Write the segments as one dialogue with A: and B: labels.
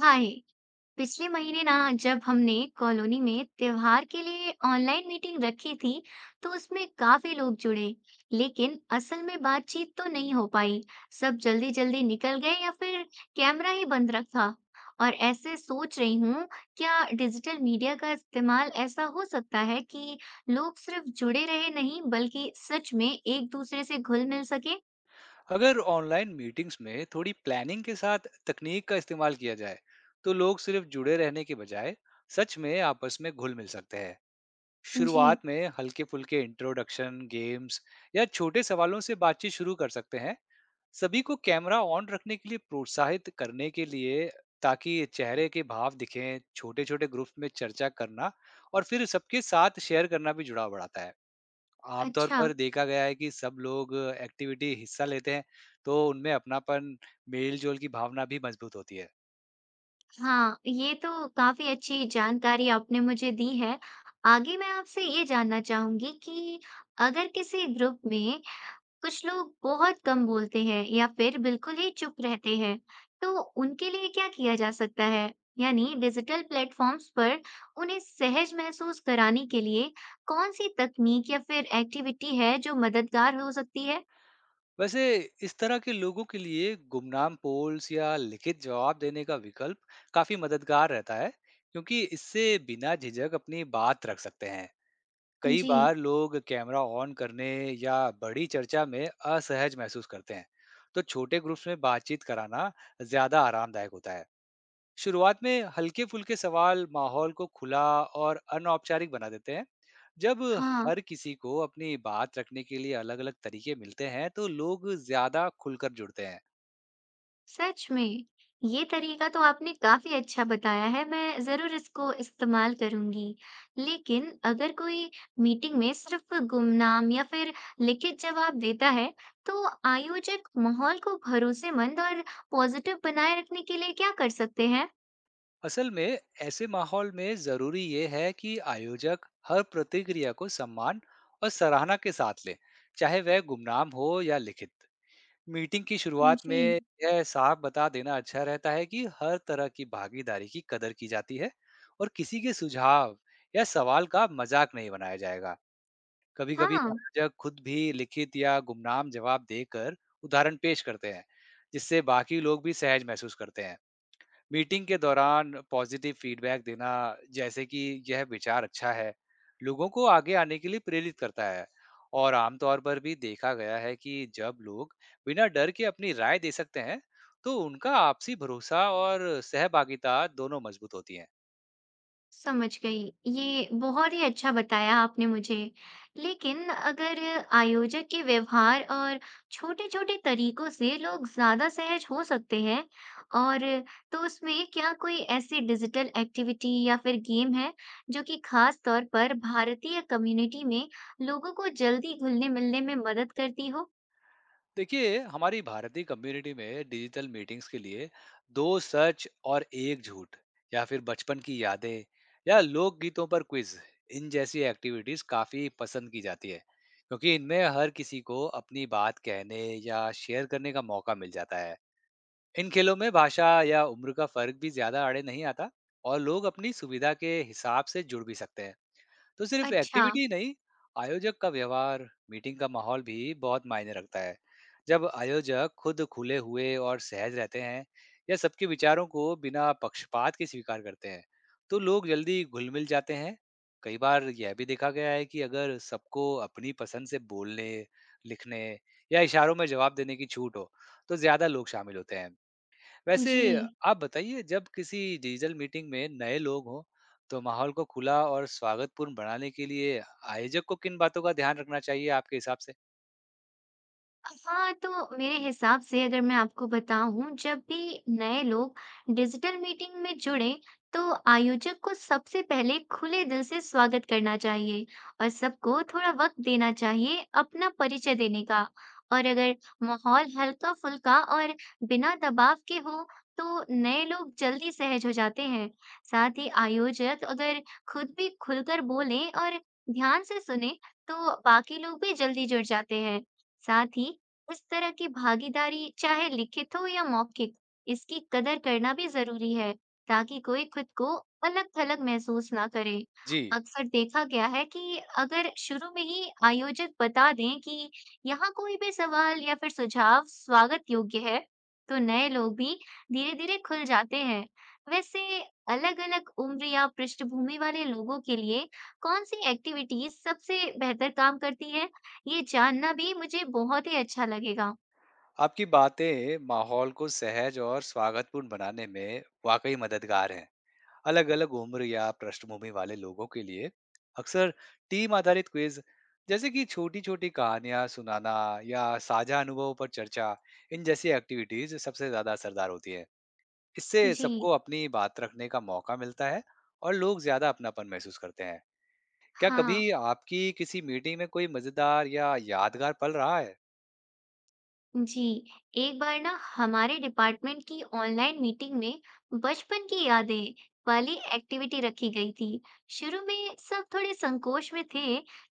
A: हाय। पिछले महीने ना, जब हमने कॉलोनी में त्योहार के लिए ऑनलाइन मीटिंग रखी थी, तो उसमें काफी लोग जुड़े, लेकिन असल में बातचीत तो नहीं हो पाई। सब जल्दी जल्दी निकल गए या फिर कैमरा ही बंद रखा। और ऐसे सोच रही हूँ, क्या डिजिटल मीडिया का इस्तेमाल ऐसा हो सकता है कि लोग सिर्फ जुड़े रहे नहीं बल्कि सच में एक दूसरे से घुल मिल सके?
B: अगर ऑनलाइन मीटिंग्स में थोड़ी प्लानिंग के साथ तकनीक का इस्तेमाल किया जाए तो लोग सिर्फ जुड़े रहने के बजाय सच में आपस में घुल मिल सकते हैं।
A: जी।
B: शुरुआत में हल्के फुल्के इंट्रोडक्शन गेम्स या छोटे सवालों से बातचीत शुरू कर सकते हैं। सभी को कैमरा ऑन रखने के लिए प्रोत्साहित करने के लिए ताकि चेहरे के भाव दिखें, छोटे छोटे ग्रुप में चर्चा करना और फिर सबके साथ शेयर करना भी जुड़ाव बढ़ाता है। आमतौर
A: अच्छा।
B: पर देखा गया है कि सब लोग एक्टिविटी हिस्सा लेते हैं तो उनमें अपनापन, मेल-जोल की भावना भी मजबूत होती है।
A: हाँ, ये तो काफ़ी अच्छी जानकारी आपने मुझे दी है। आगे मैं आपसे ये जानना चाहूँगी कि अगर किसी ग्रुप में कुछ लोग बहुत कम बोलते हैं या फिर बिल्कुल ही चुप रहते हैं, तो उनके लिए क्या किया जा सकता है? यानी डिजिटल प्लेटफॉर्म्स पर उन्हें सहज महसूस कराने के लिए कौन सी तकनीक या फिर एक्टिविटी है जो मददगार हो सकती है?
B: वैसे इस तरह के लोगों के लिए गुमनाम पोल्स या लिखित जवाब देने का विकल्प काफी मददगार रहता है, क्योंकि इससे बिना झिझक अपनी बात रख सकते हैं। कई
A: जी।
B: बार लोग कैमरा ऑन करने या बड़ी चर्चा में असहज महसूस करते हैं, तो छोटे ग्रुप्स में बातचीत कराना ज्यादा आरामदायक होता है। शुरुआत में हल्के फुल्के सवाल माहौल को खुला और अनौपचारिक बना देते हैं। जब
A: हाँ।
B: हर किसी को अपनी बात रखने के लिए अलग अलग तरीके मिलते हैं तो लोग ज्यादा खुलकर जुड़ते हैं।
A: सच में! ये तरीका तो आपने काफ़ी अच्छा बताया है, मैं ज़रूर इसको इस्तेमाल करूँगी। लेकिन अगर कोई मीटिंग में सिर्फ़ गुमनाम या फिर लिखित जवाब देता है, तो आयोजक माहौल को भरोसेमंद और पॉज़िटिव बनाए रखने के लिए क्या कर सकते हैं?
B: असल में ऐसे माहौल में जरूरी ये है कि आयोजक हर प्रतिक्रिया को सम्मान और सराहना के साथ ले, चाहे वह गुमनाम हो या लिखित। मीटिंग की शुरुआत
A: जी।
B: में यह साफ बता देना अच्छा रहता है कि हर तरह की भागीदारी की कदर की जाती है और किसी के सुझाव या सवाल का मजाक नहीं बनाया जाएगा। कभी कभी
A: हाँ।
B: आयोजक खुद भी लिखित या गुमनाम जवाब देकर उदाहरण पेश करते हैं, जिससे बाकी लोग भी सहज महसूस करते हैं। मीटिंग के दौरान पॉजिटिव फीडबैक देना, जैसे कि यह विचार अच्छा है, लोगों को आगे आने के लिए प्रेरित करता है। और आमतौर पर भी देखा गया है कि जब लोग बिना डर के अपनी राय दे सकते हैं तो उनका आपसी भरोसा और सहभागिता दोनों मजबूत होती है।
A: समझ गई। ये बहुत ही अच्छा बताया आपने मुझे। लेकिन अगर आयोजक के व्यवहार और छोटे-छोटे तरीकों से लोग ज़्यादा सहज हो सकते हैं, और तो उसमें क्या कोई ऐसी डिजिटल एक्टिविटी या फिर गेम है जो कि ख़ास तौर पर भारतीय कम्युनिटी में लोगों को जल्दी घुलने-मिलने में मदद करती हो?
B: देखिए, हमारी भारतीय कम्युनिटी में डिजिटल मीटिंग्स के लिए दो सच और एक झूठ या फिर बचपन की यादें या लोकगीतों पर क्विज, इन जैसी एक्टिविटीज काफी पसंद की जाती है, क्योंकि इनमें हर किसी को अपनी बात कहने या शेयर करने का मौका मिल जाता है। इन खेलों में भाषा या उम्र का फर्क भी ज्यादा आड़े नहीं आता और लोग अपनी सुविधा के हिसाब से जुड़ भी सकते हैं। तो सिर्फ
A: अच्छा।
B: एक्टिविटी नहीं, आयोजक का व्यवहार, मीटिंग का माहौल भी बहुत मायने रखता है। जब आयोजक खुद खुले हुए और सहज रहते हैं या सबके विचारों को बिना पक्षपात के स्वीकार करते हैं, तो लोग जल्दी घुल-मिल जाते हैं। कई बार यह भी देखा गया है कि अगर सबको अपनी पसंद से बोलने, लिखने या इशारों में जवाब देने की छूट हो, तो ज़्यादा लोग शामिल होते हैं। वैसे
A: जी।
B: आप बताइए, जब किसी डिजिटल मीटिंग में नए लोग हों तो माहौल को खुला और स्वागतपूर्ण बनाने के लिए आयोजक को किन बातों का ध्यान रखना चाहिए आपके हिसाब से?
A: हाँ, तो मेरे हिसाब से अगर मैं आपको बताऊँ, जब भी नए लोग डिजिटल मीटिंग में जुड़े, तो आयोजक को सबसे पहले खुले दिल से स्वागत करना चाहिए और सबको थोड़ा वक़्त देना चाहिए अपना परिचय देने का। और अगर माहौल हल्का-फुल्का और बिना दबाव के हो, तो नए लोग जल्दी सहज हो जाते हैं। साथ ही आयोजक अगर खुद भी खुलकर बोलें और ध्यान से सुनें, तो बाकी लोग भी जल्दी जुड़ जाते हैं। साथ ही इस तरह की भागीदारी चाहे लिखित हो या मौखिक, इसकी कदर करना भी जरूरी है, ताकि कोई खुद को अलग थलग महसूस ना करे।
B: जी।
A: अक्सर देखा गया है कि अगर शुरू में ही आयोजक बता दें कि यहाँ कोई भी सवाल या फिर सुझाव स्वागत योग्य है, तो नए लोग भी धीरे धीरे खुल जाते हैं। वैसे अलग अलग उम्र या पृष्ठभूमि वाले लोगों के लिए कौन सी एक्टिविटीज सबसे बेहतर काम करती है? ये जानना भी मुझे बहुत ही अच्छा लगेगा।
B: आपकी बातें माहौल को सहज और स्वागतपूर्ण बनाने में वाकई मददगार हैं। अलग अलग उम्र या पृष्ठभूमि वाले लोगों के लिए अक्सर टीम आधारित क्विज, जैसे कि छोटी छोटी कहानियां सुनाना या साझा अनुभवों पर चर्चा, इन जैसी एक्टिविटीज सबसे ज्यादा असरदार होती है। इससे
A: जी।
B: सबको अपनी बात रखने का मौका मिलता है और लोग ज्यादा अपनापन महसूस करते हैं। क्या कभी
A: हाँ।
B: आपकी किसी मीटिंग में कोई मजेदार या यादगार पल रहा है?
A: जी। एक बार ना हमारे डिपार्टमेंट की ऑनलाइन मीटिंग में बचपन की यादें वाली एक्टिविटी रखी गई थी। शुरू में सब थोड़े संकोच में थे,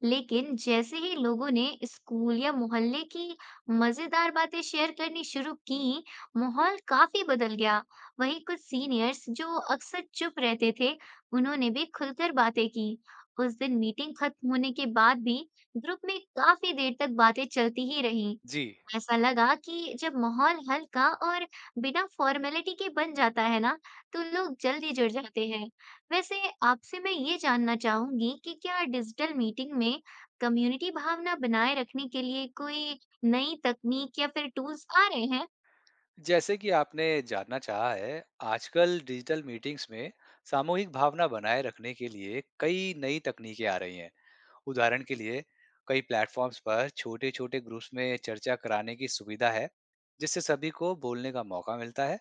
A: लेकिन जैसे ही लोगों ने स्कूल या मोहल्ले की मजेदार बातें शेयर करनी शुरू की, माहौल काफी बदल गया। वहीं कुछ सीनियर्स जो अक्सर चुप रहते थे, उन्होंने भी खुलकर बातें की। उस दिन मीटिंग खत्म होने के बाद भी ग्रुप में काफी देर तक बातें चलती ही रहीं।
B: जी,
A: ऐसा लगा कि जब माहौल हल्का और बिना फॉर्मेलिटी के बन जाता है ना, तो लोग जल्दी जुड़ जाते हैं। वैसे आपसे मैं ये जानना चाहूंगी कि क्या डिजिटल मीटिंग में कम्युनिटी भावना बनाए रखने के लिए कोई नई तकनीक या फिर टूल्स आ रहे हैं?
B: जैसे कि आपने जानना चाहा है, आजकल डिजिटल मीटिंग्स में सामूहिक भावना बनाए रखने के लिए कई नई तकनीकें आ रही हैं। उदाहरण के लिए, कई प्लेटफॉर्म्स पर छोटे-छोटे ग्रुप्स में चर्चा कराने की सुविधा है, जिससे सभी को बोलने का मौका मिलता है।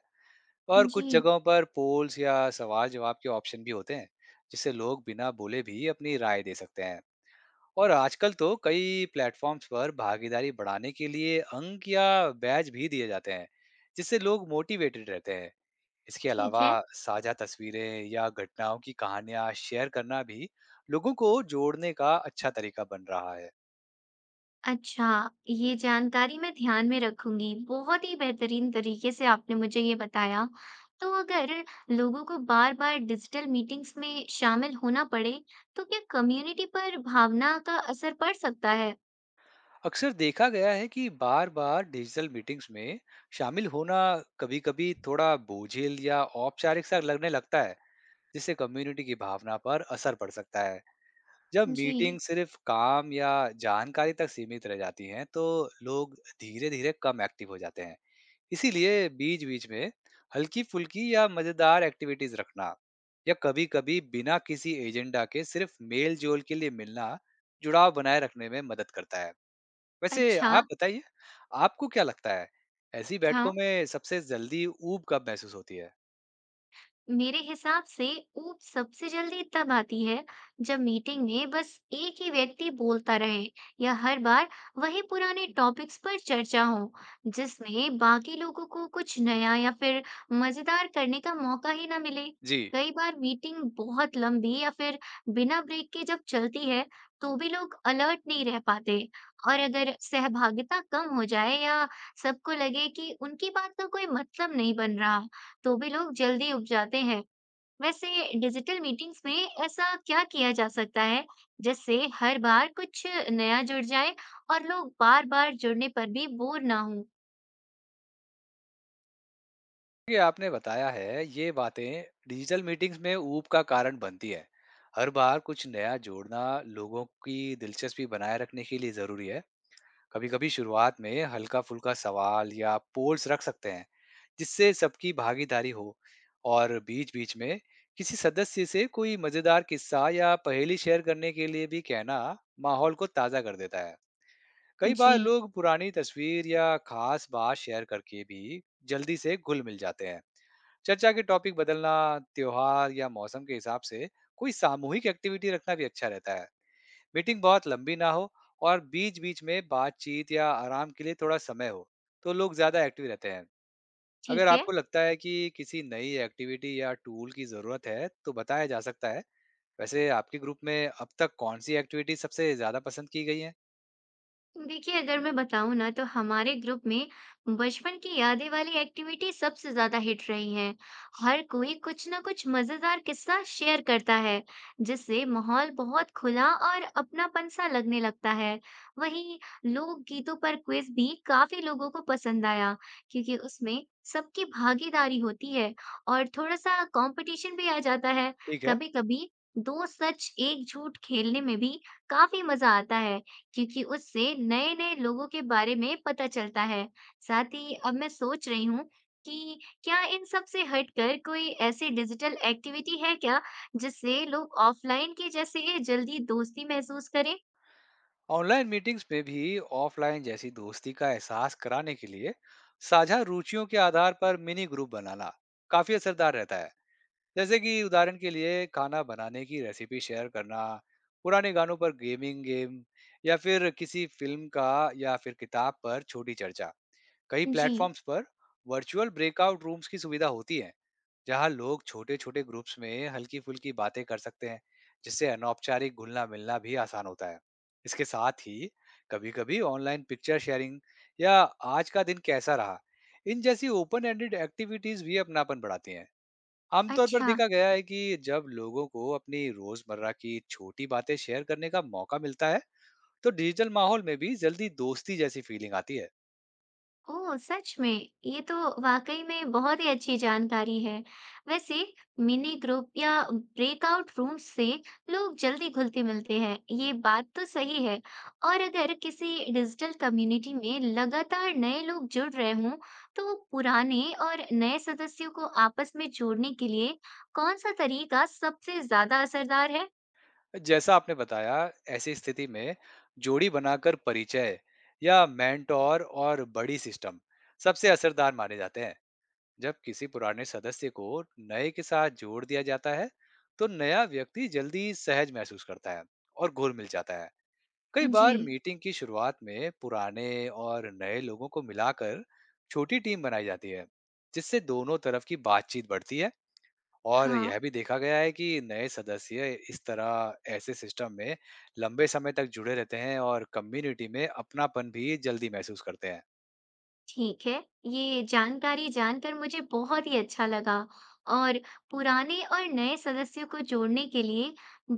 B: और कुछ
A: जी।
B: जगहों पर पोल्स या सवाल जवाब के ऑप्शन भी होते हैं, जिससे लोग बिना बोले भी अपनी राय दे सकते हैं। और आजकल तो कई प्लेटफॉर्म्स पर भागीदारी बढ़ाने के लिए अंक या बैज भी दिए जाते हैं, जिससे लोग मोटिवेटेड रहते हैं। इसके
A: ठीक
B: अलावा
A: है।
B: साझा तस्वीरें या घटनाओं की कहानियां शेयर करना भी लोगों को जोड़ने का अच्छा तरीका बन रहा है।
A: अच्छा, ये जानकारी मैं ध्यान में रखूंगी। बहुत ही बेहतरीन तरीके से आपने मुझे ये बताया। तो अगर लोगों को बार-बार डिजिटल मीटिंग्स में शामिल होना पड़े, तो क्या कम्युनिटी पर भावना का असर पड़ सकता है?
B: अक्सर देखा गया है कि बार बार डिजिटल मीटिंग्स में शामिल होना कभी कभी थोड़ा बोझिल या औपचारिक सा लगने लगता है, जिससे कम्युनिटी की भावना पर असर पड़ सकता है। जब मीटिंग
A: जी।
B: सिर्फ काम या जानकारी तक सीमित रह जाती हैं तो लोग धीरे धीरे कम एक्टिव हो जाते हैं। इसीलिए बीच बीच में हल्की फुल्की या मजेदार एक्टिविटीज रखना या कभी कभी बिना किसी एजेंडा के सिर्फ मेल जोल के लिए मिलना जुड़ाव बनाए रखने में मदद करता है। वैसे
A: अच्छा।
B: आप बताइए, आपको क्या लगता है, ऐसी
A: हाँ।
B: बैठकों में सबसे जल्दी ऊब कब महसूस होती है?
A: मेरे हिसाब से ऊब सबसे जल्दी तब आती है जब मीटिंग में बस एक ही व्यक्ति बोलता रहे, या हर बार वही पुराने टॉपिक्स पर चर्चा हो जिसमें बाकी लोगों को कुछ नया या फिर मजेदार करने का मौका ही ना मिले।
B: जी,
A: कई बार मीटिंग बहुत लंबी या फिर बिना ब्रेक के जब चलती है, तो भी लोग अलर्ट नहीं रह पाते। और अगर सहभागिता कम हो जाए या सबको लगे कि उनकी बात का कोई मतलब नहीं बन रहा, तो भी लोग जल्दी उब जाते हैं। वैसे डिजिटल मीटिंग्स में ऐसा क्या किया जा सकता है जिससे हर बार कुछ नया जुड़ जाए और लोग बार-बार जुड़ने पर भी बोर ना हो?
B: ये आपने बताया है, ये बातें डिजिटल मीटिंग्स में ऊब का कारण बनती है। हर बार कुछ नया जोड़ना लोगों की दिलचस्पी बनाए रखने के लिए ज़रूरी है। कभी कभी शुरुआत में हल्का फुल्का सवाल या पोल्स रख सकते हैं, जिससे सबकी भागीदारी हो। और बीच बीच में किसी सदस्य से कोई मजेदार किस्सा या पहेली शेयर करने के लिए भी कहना माहौल को ताजा कर देता है। कई
A: जी।
B: बार लोग पुरानी तस्वीर या खास बात शेयर करके भी जल्दी से घुल मिल जाते हैं। चर्चा के टॉपिक बदलना, त्योहार या मौसम के हिसाब से कोई सामूहिक एक्टिविटी रखना भी अच्छा रहता है। मीटिंग बहुत लंबी ना हो और बीच बीच में बातचीत या आराम के लिए थोड़ा समय हो तो लोग ज़्यादा एक्टिव रहते हैं। अगर
A: ठीक है।
B: आपको लगता है कि किसी नई एक्टिविटी या टूल की ज़रूरत है तो बताया जा सकता है। वैसे आपके ग्रुप में अब तक कौन सी एक्टिविटी सबसे ज़्यादा पसंद की गई है?
A: देखिए अगर मैं बताऊं ना, तो हमारे ग्रुप में बचपन की यादें वाली एक्टिविटी सबसे ज्यादा हिट रही है। हर कोई कुछ ना कुछ मजेदार किस्सा शेयर करता है, जिससे माहौल बहुत खुला और अपनापन सा लगने लगता है। वहीं लोक गीतों पर क्विज भी काफी लोगों को पसंद आया, क्योंकि उसमें सबकी भागीदारी होती है और थोड़ा सा कंपटीशन भी आ जाता है।
B: ठीक है।
A: कभी कभी दो सच एक झूठ खेलने में भी काफी मजा आता है, क्योंकि उससे नए-नए लोगों के बारे में पता चलता है। साथ ही अब मैं सोच रही हूँ कि क्या इन सब से हटकर कोई ऐसी डिजिटल एक्टिविटी है क्या, जिससे लोग ऑफलाइन के जैसे जल्दी दोस्ती महसूस करें?
B: ऑनलाइन मीटिंग्स में भी ऑफलाइन जैसी दोस्ती का एहसास कराने के लिए साझा रुचियों के आधार पर मिनी ग्रुप बनाना काफ़ी असरदार रहता है। जैसे कि उदाहरण के लिए खाना बनाने की रेसिपी शेयर करना, पुराने गानों पर गेमिंग गेम या फिर किसी फिल्म का या फिर किताब पर छोटी चर्चा। कई
A: जी।
B: प्लेटफॉर्म्स पर वर्चुअल ब्रेकआउट रूम्स की सुविधा होती है, जहां लोग छोटे-छोटे ग्रुप्स में हल्की-फुल्की बातें कर सकते हैं, जिससे अनौपचारिक घुलना-मिलना भी आसान होता है। इसके साथ ही कभी-कभी ऑनलाइन पिक्चर शेयरिंग या आज का दिन कैसा रहा, इन जैसी ओपन एंडेड एक्टिविटीज भी अपनापन बढ़ाती हैं। आमतौर पर
A: अच्छा।
B: देखा गया है कि जब लोगों को अपनी रोजमर्रा की छोटी बातें शेयर करने का मौका मिलता है, तो डिजिटल माहौल में भी जल्दी दोस्ती जैसी फीलिंग आती है।
A: ओह, सच में ये तो वाकई में बहुत ही अच्छी जानकारी है। वैसे मिनी ग्रुप या ब्रेकआउट रूम्स से लोग जल्दी घुलते मिलते हैं, ये बात तो सही है। और अगर किसी डिजिटल कम्युनिटी में लगातार नए लोग जुड़ रहे हों, तो पुराने और नए सदस्यों को आपस में जोड़ने के लिए कौन सा तरीका सबसे ज्यादा असरदार है?
B: जैसा आपने बताया, ऐसी स्थिति में जोड़ी बनाकर परिचय या मेंटोर और बड़ी सिस्टम सबसे असरदार माने जाते हैं। जब किसी पुराने सदस्य को नए के साथ जोड़ दिया जाता है, तो नया व्यक्ति जल्दी सहज महसूस करता है और घुल मिल जाता है। कई
A: जी।
B: बार मीटिंग की शुरुआत में पुराने और नए लोगों को मिलाकर छोटी टीम बनाई जाती है, जिससे दोनों तरफ की बातचीत बढ़ती है। और
A: हाँ।
B: यह भी देखा गया है कि नए सदस्य इस तरह ऐसे सिस्टम में लंबे समय तक जुड़े रहते हैं और कम्युनिटी में अपनापन भी जल्दी महसूस करते हैं।
A: ठीक है, ये जानकारी जानकर मुझे बहुत ही अच्छा लगा। और पुराने और नए सदस्यों को जोड़ने के लिए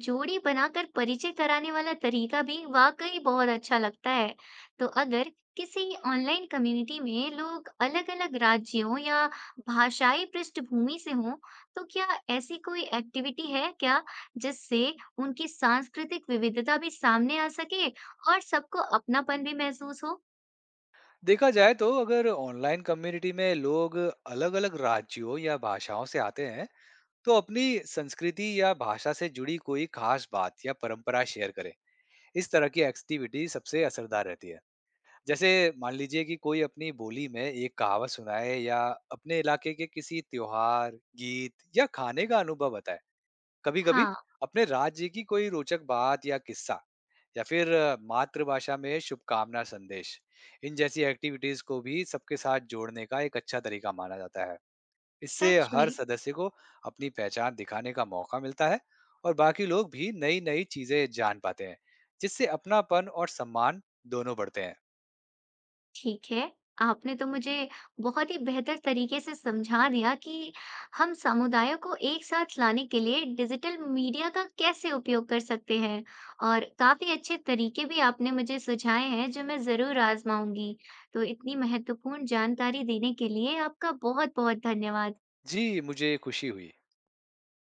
A: जोड़ी बनाकर परिचय कराने वाला तरीका भी वाकई बहुत अच्छा लगता है। तो अगर किसी ऑनलाइन कम्युनिटी में लोग अलग-अलग राज्यों या भाषाई पृष्ठभूमि से हों, तो क्या ऐसी कोई एक्टिविटी है क्या जिससे उनकी सांस्कृतिक विविधता भी सामने आ सके और सबको अपनापन भी महसूस हो?
B: देखा जाए तो अगर ऑनलाइन कम्युनिटी में लोग अलग-अलग राज्यों या भाषाओं से आते हैं तो अपनी संस्कृति या भाषा से जुड़ी कोई खास बात या परंपरा शेयर करें। इस तरह की एक्टिविटी सबसे असरदार रहती है। जैसे, मान लीजिए कि कोई अपनी बोली में एक कहावत सुनाए या अपने इलाके के किसी त्योहार, गीत या खाने का अनुभव बताए। कभी कभी
A: हाँ।
B: अपने राज्य की कोई रोचक बात या किस्सा या फिर मातृभाषा में शुभकामना संदेश, इन जैसी एक्टिविटीज को भी सबके साथ जोड़ने का एक अच्छा तरीका माना जाता है। इससे
A: सच
B: हर
A: में।
B: सदस्य को अपनी पहचान दिखाने का मौका मिलता है और बाकी लोग भी नई नई चीजें जान पाते हैं, जिससे अपनापन और सम्मान दोनों बढ़ते हैं।
A: ठीक है, आपने तो मुझे बहुत ही बेहतर तरीके से समझा दिया कि हम समुदायों को एक साथ लाने के लिए डिजिटल मीडिया का कैसे उपयोग कर सकते हैं। और काफ़ी अच्छे तरीके भी आपने मुझे सुझाए हैं जो मैं ज़रूर आज़माऊँगी। तो इतनी महत्वपूर्ण जानकारी देने के लिए आपका बहुत-बहुत धन्यवाद।
B: जी, मुझे खुशी हुई।